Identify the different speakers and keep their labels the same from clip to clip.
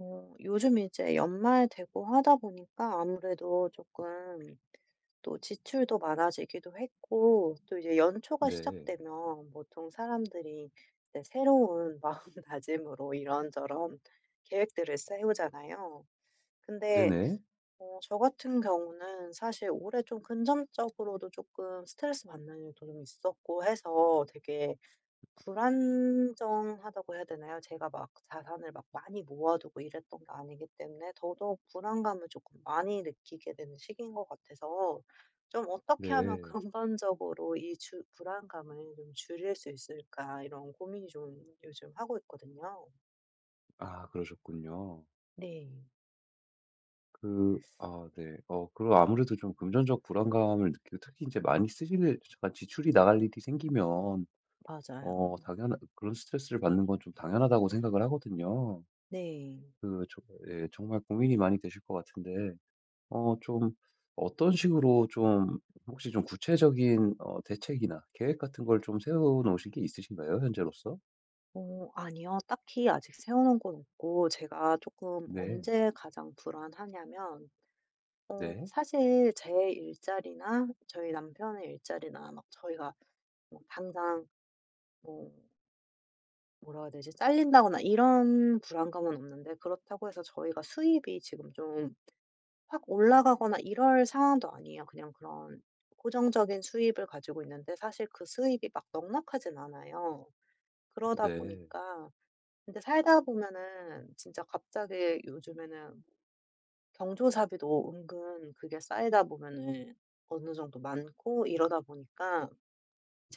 Speaker 1: 요즘 이제 연말 되고 하다 보니까 아무래도 조금 또 지출도 많아지기도 했고, 또 이제 연초가
Speaker 2: 네.
Speaker 1: 시작되면 보통 사람들이 이제 새로운 마음다짐으로 이런저런 계획들을 세우잖아요. 근데
Speaker 2: 네네.
Speaker 1: 저 같은 경우는 사실 올해 좀 금전적으로도 조금 스트레스 받는 일도 좀 있었고 해서 되게 불안정하다고 해야 되나요? 제가 막 자산을 막 많이 모아두고 이랬던 게 아니기 때문에 더더욱 불안감을 조금 많이 느끼게 되는 시기인 것 같아서, 좀 '어떻게 하면
Speaker 2: 네.
Speaker 1: 근본적으로 이 주 불안감을 좀 줄일 수 있을까?' 이런 고민이 좀 요즘 하고 있거든요.
Speaker 2: 아, 그러셨군요.
Speaker 1: 네.
Speaker 2: 네. 그리고 아무래도 좀 금전적 불안감을 느끼고 특히 이제 많이 쓰실, 약간 지출이 나갈 일이 생기면
Speaker 1: 맞아요.
Speaker 2: 당연한 그런 스트레스를 받는 건 좀 당연하다고 생각을 하거든요.
Speaker 1: 네.
Speaker 2: 그 저 예, 정말 고민이 많이 되실 것 같은데, 어 좀 어떤 식으로 좀 혹시 좀 구체적인 대책이나 계획 같은 걸 좀 세워 놓으신 게 있으신가요, 현재로서?
Speaker 1: 아니요. 딱히 아직 세워 놓은 건 없고, 제가 조금
Speaker 2: 네.
Speaker 1: 언제 가장 불안하냐면
Speaker 2: 네.
Speaker 1: 사실 제 일자리나 저희 남편의 일자리나 막 저희가 뭐 당장 뭐 뭐라 해야 되지? 잘린다거나 이런 불안감은 없는데, 그렇다고 해서 저희가 수입이 지금 좀 확 올라가거나 이럴 상황도 아니에요. 그냥 그런 고정적인 수입을 가지고 있는데 사실 그 수입이 막 넉넉하진 않아요. 그러다
Speaker 2: 네.
Speaker 1: 보니까. 근데 살다 보면은 진짜 갑자기 요즘에는 경조사비도 은근 그게 쌓이다 보면은 어느 정도 많고, 이러다 보니까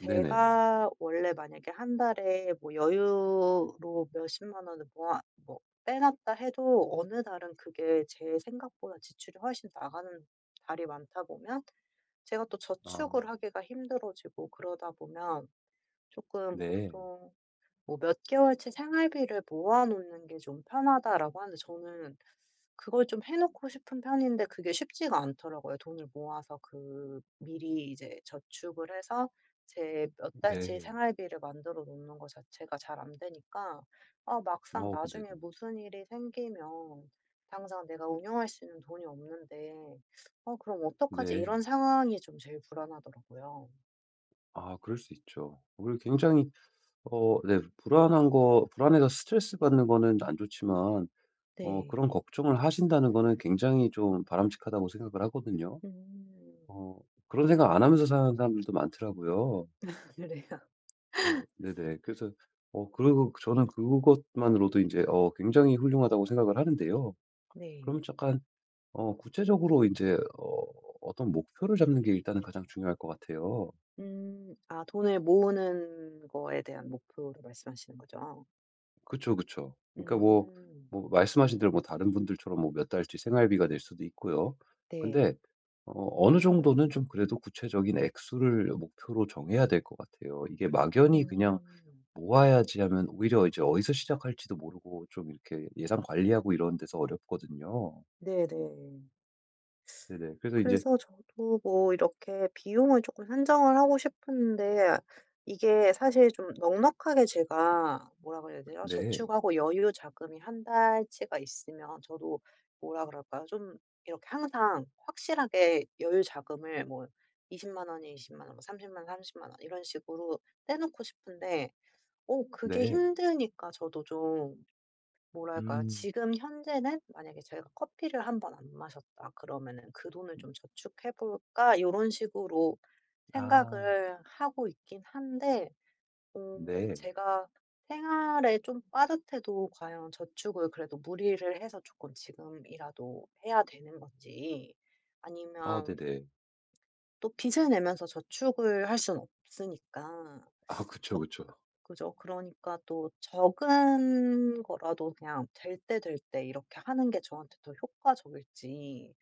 Speaker 2: 네네.
Speaker 1: 원래 만약에 한 달에 뭐 여유로 몇십만 원을 모아 뭐 빼놨다 해도 어느 달은 그게 제 생각보다 지출이 훨씬 나가는 달이 많다 보면 제가 또
Speaker 2: 아.
Speaker 1: 저축을 하기가 힘들어지고, 그러다 보면 조금
Speaker 2: 네.
Speaker 1: 보통 뭐 "몇 개월치 생활비를 모아 놓는 게 좀 편하다."라고 하는데, 저는 그걸 좀 해 놓고 싶은 편인데 그게 쉽지가 않더라고요. 돈을 모아서 그 미리 이제 저축을 해서 제 몇 달치
Speaker 2: 네.
Speaker 1: 생활비를 만들어 놓는 것 자체가 잘 안 되니까, 아 막상 나중에
Speaker 2: 네네.
Speaker 1: 무슨 일이 생기면 당장 내가 운영할 수 있는 돈이 없는데 '어 그럼 어떡하지?'
Speaker 2: 네.
Speaker 1: 이런 상황이 좀 제일 불안하더라고요.
Speaker 2: 아, 그럴 수 있죠. 그리고 굉장히, 불안한 거, 불안해서 스트레스 받는 거는 안 좋지만
Speaker 1: 네.
Speaker 2: 그런 걱정을 하신다는 거는 굉장히 좀 바람직하다고 생각을 하거든요.
Speaker 1: 음.
Speaker 2: 어 그런 생각 안 하면서 사는 사람들도 많더라고요.
Speaker 1: 그래요.
Speaker 2: 네네. 네네. 그래서 그리고 저는 그것만으로도 이제 굉장히 훌륭하다고 생각을 하는데요.
Speaker 1: 네.
Speaker 2: 그러면 약간, 구체적으로 이제 어떤 목표를 잡는 게 일단은 가장 중요할 것 같아요.
Speaker 1: 음. 아 돈을 모으는 거에 대한 목표를 말씀하시는 거죠?
Speaker 2: 그쵸, 그쵸. 그러니까 뭐,
Speaker 1: 음.
Speaker 2: 뭐 말씀하신 대로 뭐 다른 분들처럼 뭐 몇 달치 생활비가 될 수도 있고요.
Speaker 1: 네.
Speaker 2: 근데 어느 정도는 좀 그래도 구체적인 액수를 목표로 정해야 될 것 같아요. 이게 막연히 그냥
Speaker 1: 음.
Speaker 2: 모아야지 하면 오히려 이제 어디서 시작할지도 모르고 좀 이렇게 예산 관리하고 이런 데서 어렵거든요.
Speaker 1: 네네.
Speaker 2: 네네. 그래서 이제
Speaker 1: 그래서 저도 뭐 이렇게 비용을 조금 산정을 하고 싶은데, 이게 사실 좀 넉넉하게 제가 뭐라 그래야 되죠?
Speaker 2: 네.
Speaker 1: 저축하고 여유 자금이 한 달치가 있으면 저도 뭐라 그럴까요? 좀 이렇게 항상 확실하게 여유 자금을 뭐 2 0만 원이 20만 원, 뭐 30만 원, 30만 원 이런 식으로 떼 놓고 싶은데, 오 그게
Speaker 2: 네.
Speaker 1: 힘드니까 저도 좀 뭐랄까요.
Speaker 2: 음.
Speaker 1: 지금 현재는 만약에 제가 커피를 한 번 안 마셨다 그러면은 '그 돈을 좀 저축해 볼까?' 요런 식으로
Speaker 2: 아.
Speaker 1: 생각을 하고 있긴 한데, 음
Speaker 2: 네.
Speaker 1: 제가 생활에 좀 빠듯해도 과연 저축을 그래도 무리를 해서 조금 지금이라도 해야 되는 건지,
Speaker 2: 아
Speaker 1: 아니면
Speaker 2: 네네.
Speaker 1: 또 빚을 내면서 저축을 할 순 없으니까
Speaker 2: 아 그쵸,
Speaker 1: 쪽
Speaker 2: 그쵸.
Speaker 1: 그죠. 그러니까 또 적은 거라도 그냥 될 때 될 때 이렇게 하는 게 저한테 더 효과적일지,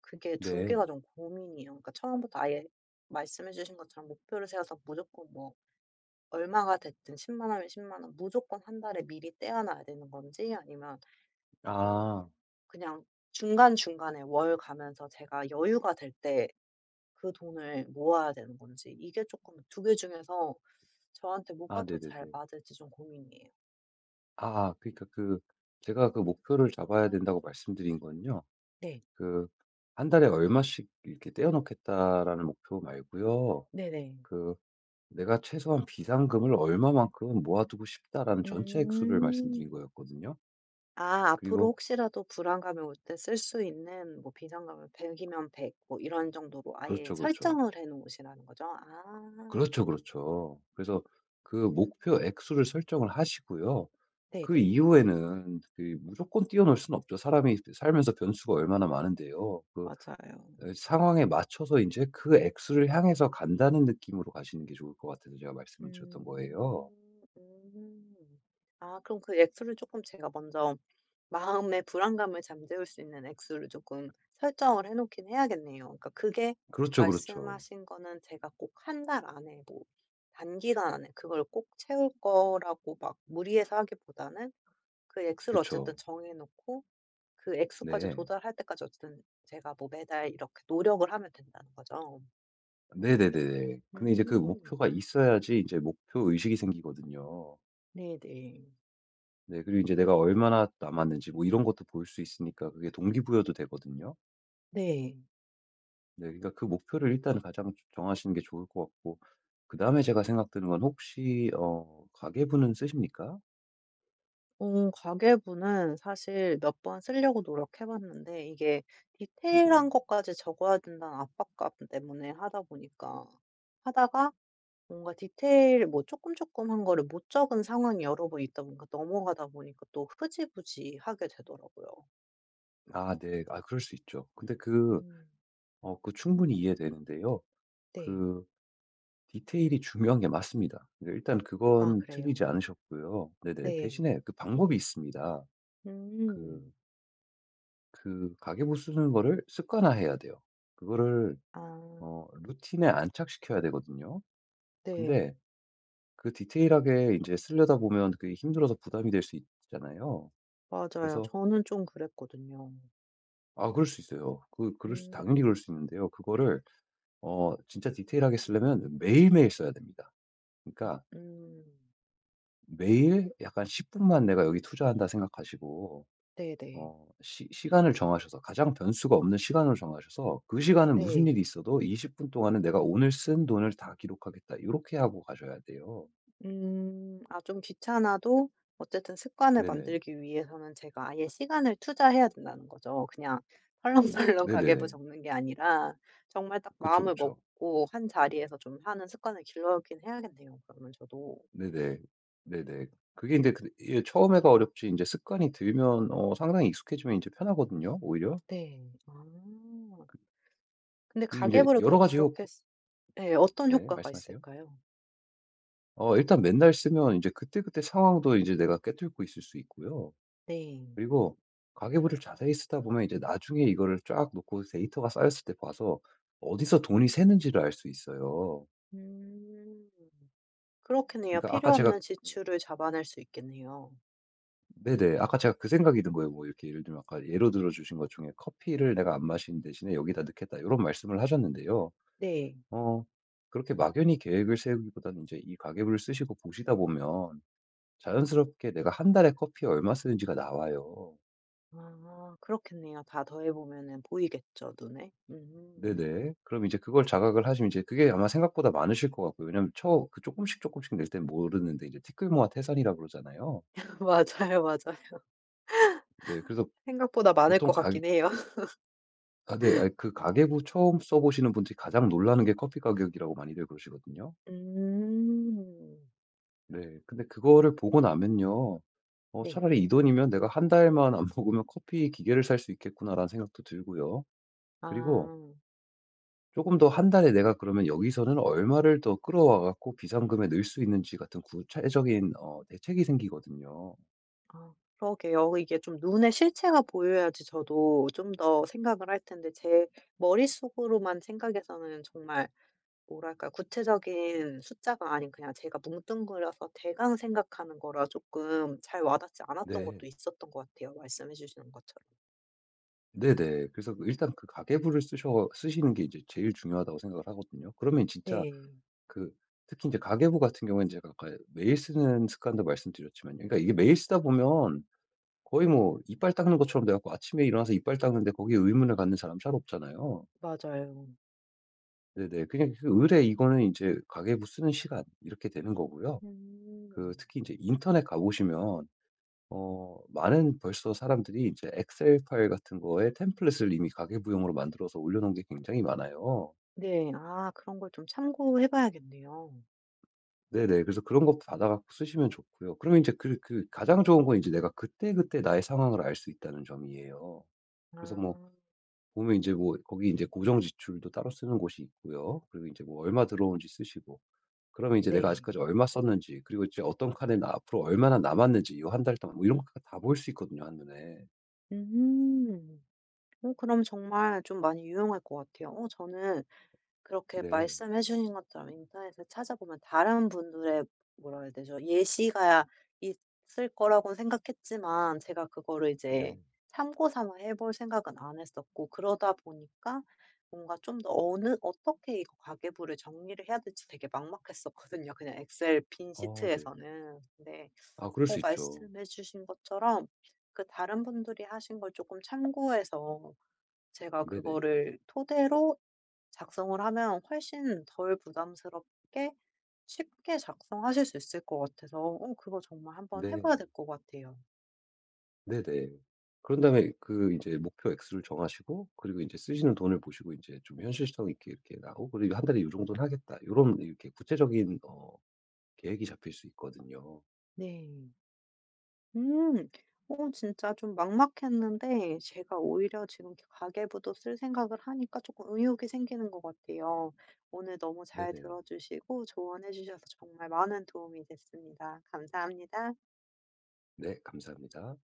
Speaker 1: 그게 두 개가
Speaker 2: 네.
Speaker 1: 좀 고민이에요. 그러니까 처음부터 아예 말씀해 주신 것처럼 목표를 세워서 무조건 뭐 얼마가 됐든 1 0 원이면 10원 무조건 한 달에 미리 떼어 놔야 되는 건지, 아니면 어
Speaker 2: 아.
Speaker 1: 그냥 중간중간에 월 가면서 제가 여유가 될때 그 돈을 모아야 되는 건지, 이게 조금 두 개 중에서 저한테
Speaker 2: 아
Speaker 1: 뭐가 더 잘
Speaker 2: 네네네.
Speaker 1: 맞을지 좀 고민이에요.
Speaker 2: 아, 그러니까 그, 제가 그 목표를 잡아야 된다고 말씀드린 건요,
Speaker 1: 네.
Speaker 2: 그 한 달에 얼마씩 이렇게 떼어 놓겠다.'라는 목표 말고요,
Speaker 1: 네네.
Speaker 2: 그 '내가 최소한 비상금을 얼마만큼 모아두고 싶다.'라는 전체 액수를
Speaker 1: 음.
Speaker 2: 말씀드린 거였거든요.
Speaker 1: 아 앞으로
Speaker 2: 그리고
Speaker 1: 혹시라도 불안감이 올 때 쓸 수 있는 뭐 비상금을 100 이면 100 뭐 이런 정도로 아예
Speaker 2: 그렇죠, 그렇죠.
Speaker 1: 설정을 해 놓으시라는 거죠? 아.
Speaker 2: 그렇죠, 그렇죠. 그래서 그 목표 액수를 설정을 하시고요. 그
Speaker 1: 네네.
Speaker 2: 이후에는 그 무조건 뛰어놀 수는 없죠. 사람이 살면서 변수가 얼마나 많은데요. 그,
Speaker 1: 맞아요.
Speaker 2: 에, 상황에 맞춰서 이제 그 액수를 향해서 간다는 느낌으로 가시는 게 좋을 것 같아서 제가 말씀을 드렸던
Speaker 1: 음.
Speaker 2: 거예요.
Speaker 1: 음. 아 그럼 그 액수를 조금 제가 먼저 마음의 불안감을 잠재울 수 있는 액수를 조금 설정을 해 놓긴 해야겠네요. 그러니까 그게
Speaker 2: 그렇죠, 그렇죠.
Speaker 1: 말씀하신 거는 제가 꼭 한 달 안에 뭐 단기간 안에 그걸 꼭 채울 거라고 막 무리해서 하기보다는 그
Speaker 2: 그
Speaker 1: 액수를
Speaker 2: 렇
Speaker 1: 어쨌든 정해 놓고, 그 액수까지
Speaker 2: 네.
Speaker 1: 도달할 때까지 어쨌든 제가 뭐 매달 이렇게 노력을 하면 된다는 거죠.
Speaker 2: 네네네네. 근데 이제 그
Speaker 1: 음.
Speaker 2: 목표가 있어야지 이제 목표 의식이 생기거든요.
Speaker 1: 네네.
Speaker 2: 네, 그리고 이제 내가 얼마나 남았는지 뭐 이런 것도 볼 수 있으니까 그게 동기부여도 되거든요.
Speaker 1: 네.
Speaker 2: 네, 그러니까 그 목표를 일단 가장 정하시는 게 좋을 것 같고, 그다음에 제가 생각드는 건, 혹시 가계부는 쓰십니까?
Speaker 1: 가계부는 사실 몇 번 쓰려고 노력해 봤는데 이게
Speaker 2: 네.
Speaker 1: 디테일한 것까지 적어야 된다는 압박감 때문에 하다 보니까, 하다가 뭔가 디테일 뭐 조금 조금 한 거를 못 적은 상황이 여러 번 있다 보니까 넘어가다 보니까 또 흐지부지 하게 되더라고요.
Speaker 2: 아 네. 아, 그럴 수 있죠. 근데 그,
Speaker 1: 음
Speaker 2: 그 충분히 이해되는데요.
Speaker 1: 네.
Speaker 2: 그, 디테일이 중요한 게 맞습니다. 근데 일단
Speaker 1: 아
Speaker 2: 그건
Speaker 1: 그래요?
Speaker 2: 틀리지 않으셨고요. 네네.
Speaker 1: 네.
Speaker 2: 대신에 그 방법이 있습니다.
Speaker 1: 음.
Speaker 2: 그, 그 가계부 쓰는 거를 습관화해야 돼요. 그거를
Speaker 1: 아
Speaker 2: 루틴에 안착시켜야 되거든요. 근데
Speaker 1: 네.
Speaker 2: 그 디테일하게 이제 쓰려다 보면 그게 힘들어서 부담이 될 수 있잖아요.
Speaker 1: 맞아요.
Speaker 2: 그래서,
Speaker 1: 저는 좀 그랬거든요.
Speaker 2: 아 그럴 수 있어요. 그 그럴 수 당연히 그럴
Speaker 1: 음.
Speaker 2: 수 있는데요. 그거를 진짜 디테일하게 쓰려면 매일매일 써야 됩니다. 그러니까
Speaker 1: 음.
Speaker 2: 매일 약간 10분만 내가 여기 투자한다 생각하시고
Speaker 1: 네네.
Speaker 2: 어 시 시간을 정하셔서 가장 변수가 없는 시간으로 정하셔서 그 시간은 무슨
Speaker 1: 네.
Speaker 2: 일이 있어도 20분 동안은 내가 오늘 쓴 돈을 다 기록하겠다, 이렇게 하고 가셔야 돼요.
Speaker 1: 음. 아 좀 귀찮아도 어쨌든 습관을
Speaker 2: 네네.
Speaker 1: 만들기 위해서는 제가 아예 시간을 투자해야 된다는 거죠. 그냥 설렁설렁 가계부
Speaker 2: 네네네.
Speaker 1: 적는 게 아니라 정말 딱
Speaker 2: 그쵸,
Speaker 1: 마음을
Speaker 2: 그쵸.
Speaker 1: 먹고 한 자리에서 좀 하는 습관을 길러야긴 해야겠네요, 그러면 저도.
Speaker 2: 네네. 네네. 그게 이제 그, 예, 처음에가 어렵지 이제 습관이 들면 상당히 익숙해지면 이제 편하거든요, 오히려.
Speaker 1: 네. 아. 근데
Speaker 2: 그리고 이제
Speaker 1: 가계부를
Speaker 2: 여러
Speaker 1: 그럼
Speaker 2: 가지 효
Speaker 1: 그렇게 쓰 네, 어떤
Speaker 2: 네,
Speaker 1: 효과가
Speaker 2: 말씀하세요.
Speaker 1: 있을까요?
Speaker 2: 일단 맨날 쓰면 이제 그때그때 상황도 이제 내가 꿰뚫고 있을 수 있고요.
Speaker 1: 네.
Speaker 2: 그리고 가계부를 자세히 쓰다 보면 이제 나중에 이거를 쫙 놓고 데이터가 쌓였을 때 봐서 어디서 돈이 새는지를 알 수 있어요.
Speaker 1: 음. 그렇겠네요.
Speaker 2: 그러니까 아까
Speaker 1: 필요
Speaker 2: 제가,
Speaker 1: 없는 지출을 잡아낼 수 있겠네요.
Speaker 2: 네네, 아까 제가 그 생각이 든 거예요. 뭐 이렇게 예를 들면 아까 예로 들어 주신 것 중에 "커피를 내가 안 마시는 대신에 여기다 넣겠다." 이런 말씀을 하셨는데요.
Speaker 1: 네.
Speaker 2: 어 그렇게 막연히 계획을 세우기보다는 이제 이 가계부를 쓰시고 보시다 보면 자연스럽게 내가 한 달에 커피에 얼마 쓰는지가 나와요.
Speaker 1: 아 그렇겠네요. 다 더해 보면은 보이겠죠, 눈에? 음.
Speaker 2: 네네. 그럼 이제 그걸 자각을 하시면 이제 그게 아마 생각보다 많으실 것 같고요. 왜냐면 처 그 조금씩 조금씩 낼 땐 모르는데 이제 티끌모아 태산이라 그러잖아요.
Speaker 1: 맞아요, 맞아요.
Speaker 2: 네. 그래서
Speaker 1: 생각보다 많을 것
Speaker 2: 보통 가게
Speaker 1: 같긴 해요.
Speaker 2: 아 네. 아, 그 가계부 처음 써 보시는 분들이 가장 놀라는 게 커피 가격이라고 많이들 그러시거든요.
Speaker 1: 음.
Speaker 2: 네. 근데 그거를 보고 나면요,
Speaker 1: 네.
Speaker 2: 차라리 '이 돈이면 내가 한 달만 안 먹으면 커피 기계를 살 수 있겠구나.'라는 생각도 들고요. 그리고
Speaker 1: 아.
Speaker 2: 조금 더 한 달에 내가 그러면 여기서는 얼마를 더 끌어와 갖고 비상금에 넣을 수 있는지 같은 구체적인 대책이 생기거든요.
Speaker 1: 아 그러게요. 이게 좀 눈에 실체가 보여야지 저도 좀 더 생각을 할 텐데, 제 머릿속으로만 생각해서는 정말 뭐랄까 구체적인 숫자가 아닌 그냥 제가 뭉뚱그려서 대강 생각하는 거라 조금 잘 와닿지 않았던
Speaker 2: 네.
Speaker 1: 것도 있었던 것 같아요, 말씀해 주시는 것처럼.
Speaker 2: 네네. 그래서 그 일단 그 가계부를 쓰셔 쓰시는 게 이제 제일 중요하다고 생각을 하거든요. 그러면 진짜,
Speaker 1: 네.
Speaker 2: 그 특히 이제 가계부 같은 경우에는 제가 아까 매일 쓰는 습관도 말씀드렸지만요. 그러니까 이게 매일 쓰다 보면 거의 뭐 이빨 닦는 것처럼 돼 갖고 아침에 일어나서 이빨 닦는데 거기에 의문을 갖는 사람 잘 없잖아요.
Speaker 1: 맞아요.
Speaker 2: 네네. 그냥 그 의례 이거는 이제 가계부 쓰는 시간, 이렇게 되는 거고요. 그
Speaker 1: 음.
Speaker 2: 특히 이제 인터넷 가 보시면 많은 벌써 사람들이 이제 엑셀 파일 같은 거에 템플릿을 이미 가계부용으로 만들어서 올려 놓은 게 굉장히 많아요.
Speaker 1: 네. 아 그런 걸 좀 참고해 봐야겠네요.
Speaker 2: 네네. 그래서 그런 거 받아 갖고 쓰시면 좋고요. 그러면 이제 그 가장 좋은 건 이제 내가 그때그때 나의 상황을 알 수 있다는 점이에요. 그래서 뭐
Speaker 1: 아
Speaker 2: 보면 이제 뭐 거기 이제 고정 지출도 따로 쓰는 곳이 있고요. 그리고 이제 뭐 얼마 들어오는지 쓰시고, 그러면 이제 내가
Speaker 1: 네.
Speaker 2: 아직까지 얼마 썼는지, 그리고 이제 어떤 칸에 나 앞으로 얼마나 남았는지, 이 한 달 동안 뭐 이런 거 다 볼 수 있거든요, 한눈에.
Speaker 1: 음. 그럼 정말 좀 많이 유용할 것 같아요. 저는 그렇게
Speaker 2: 네.
Speaker 1: 말씀해 주신 것처럼 인터넷에 찾아보면 다른 분들의 뭐라 해야 되죠? 예시가 있을 거라고 생각했지만 제가 그거를
Speaker 2: 네.
Speaker 1: 이제 참고 삼아 해볼 생각은 안 했었고, 그러다 보니까 뭔가 좀 더 어느 어떻게 이거 가계부를 정리를 해야 될지 되게 막막했었거든요, 그냥 엑셀 빈
Speaker 2: 어 네.
Speaker 1: 시트에서는. 근데
Speaker 2: 아, 그럴 수 있죠.
Speaker 1: 말씀해 주신 것처럼 그 다른 분들이 하신 걸 조금 참고해서 제가
Speaker 2: 네네.
Speaker 1: 그거를 토대로 작성을 하면 훨씬 덜 부담스럽게 쉽게 작성하실 수 있을 것 같아서, 그거 정말 한번 해
Speaker 2: 네.
Speaker 1: 봐야 될 것 같아요.
Speaker 2: 네네. 그런 다음에 그 이제 목표 액수를 정하시고, 그리고 이제 쓰시는 돈을 보시고 이제 좀 현실성 있게 이렇게 나오고, 그리고 '한 달에 이 정도는 하겠다.' 이런 이렇게 구체적인 계획이 잡힐 수 있거든요.
Speaker 1: 네. 음. 진짜 좀 막막했는데 제가 오히려 지금 가계부도 쓸 생각을 하니까 조금 의욕이 생기는 것 같아요. 오늘 너무 잘
Speaker 2: 네네.
Speaker 1: 들어 주시고 조언해 주셔서 정말 많은 도움이 됐습니다. 감사합니다.
Speaker 2: 네, 감사합니다.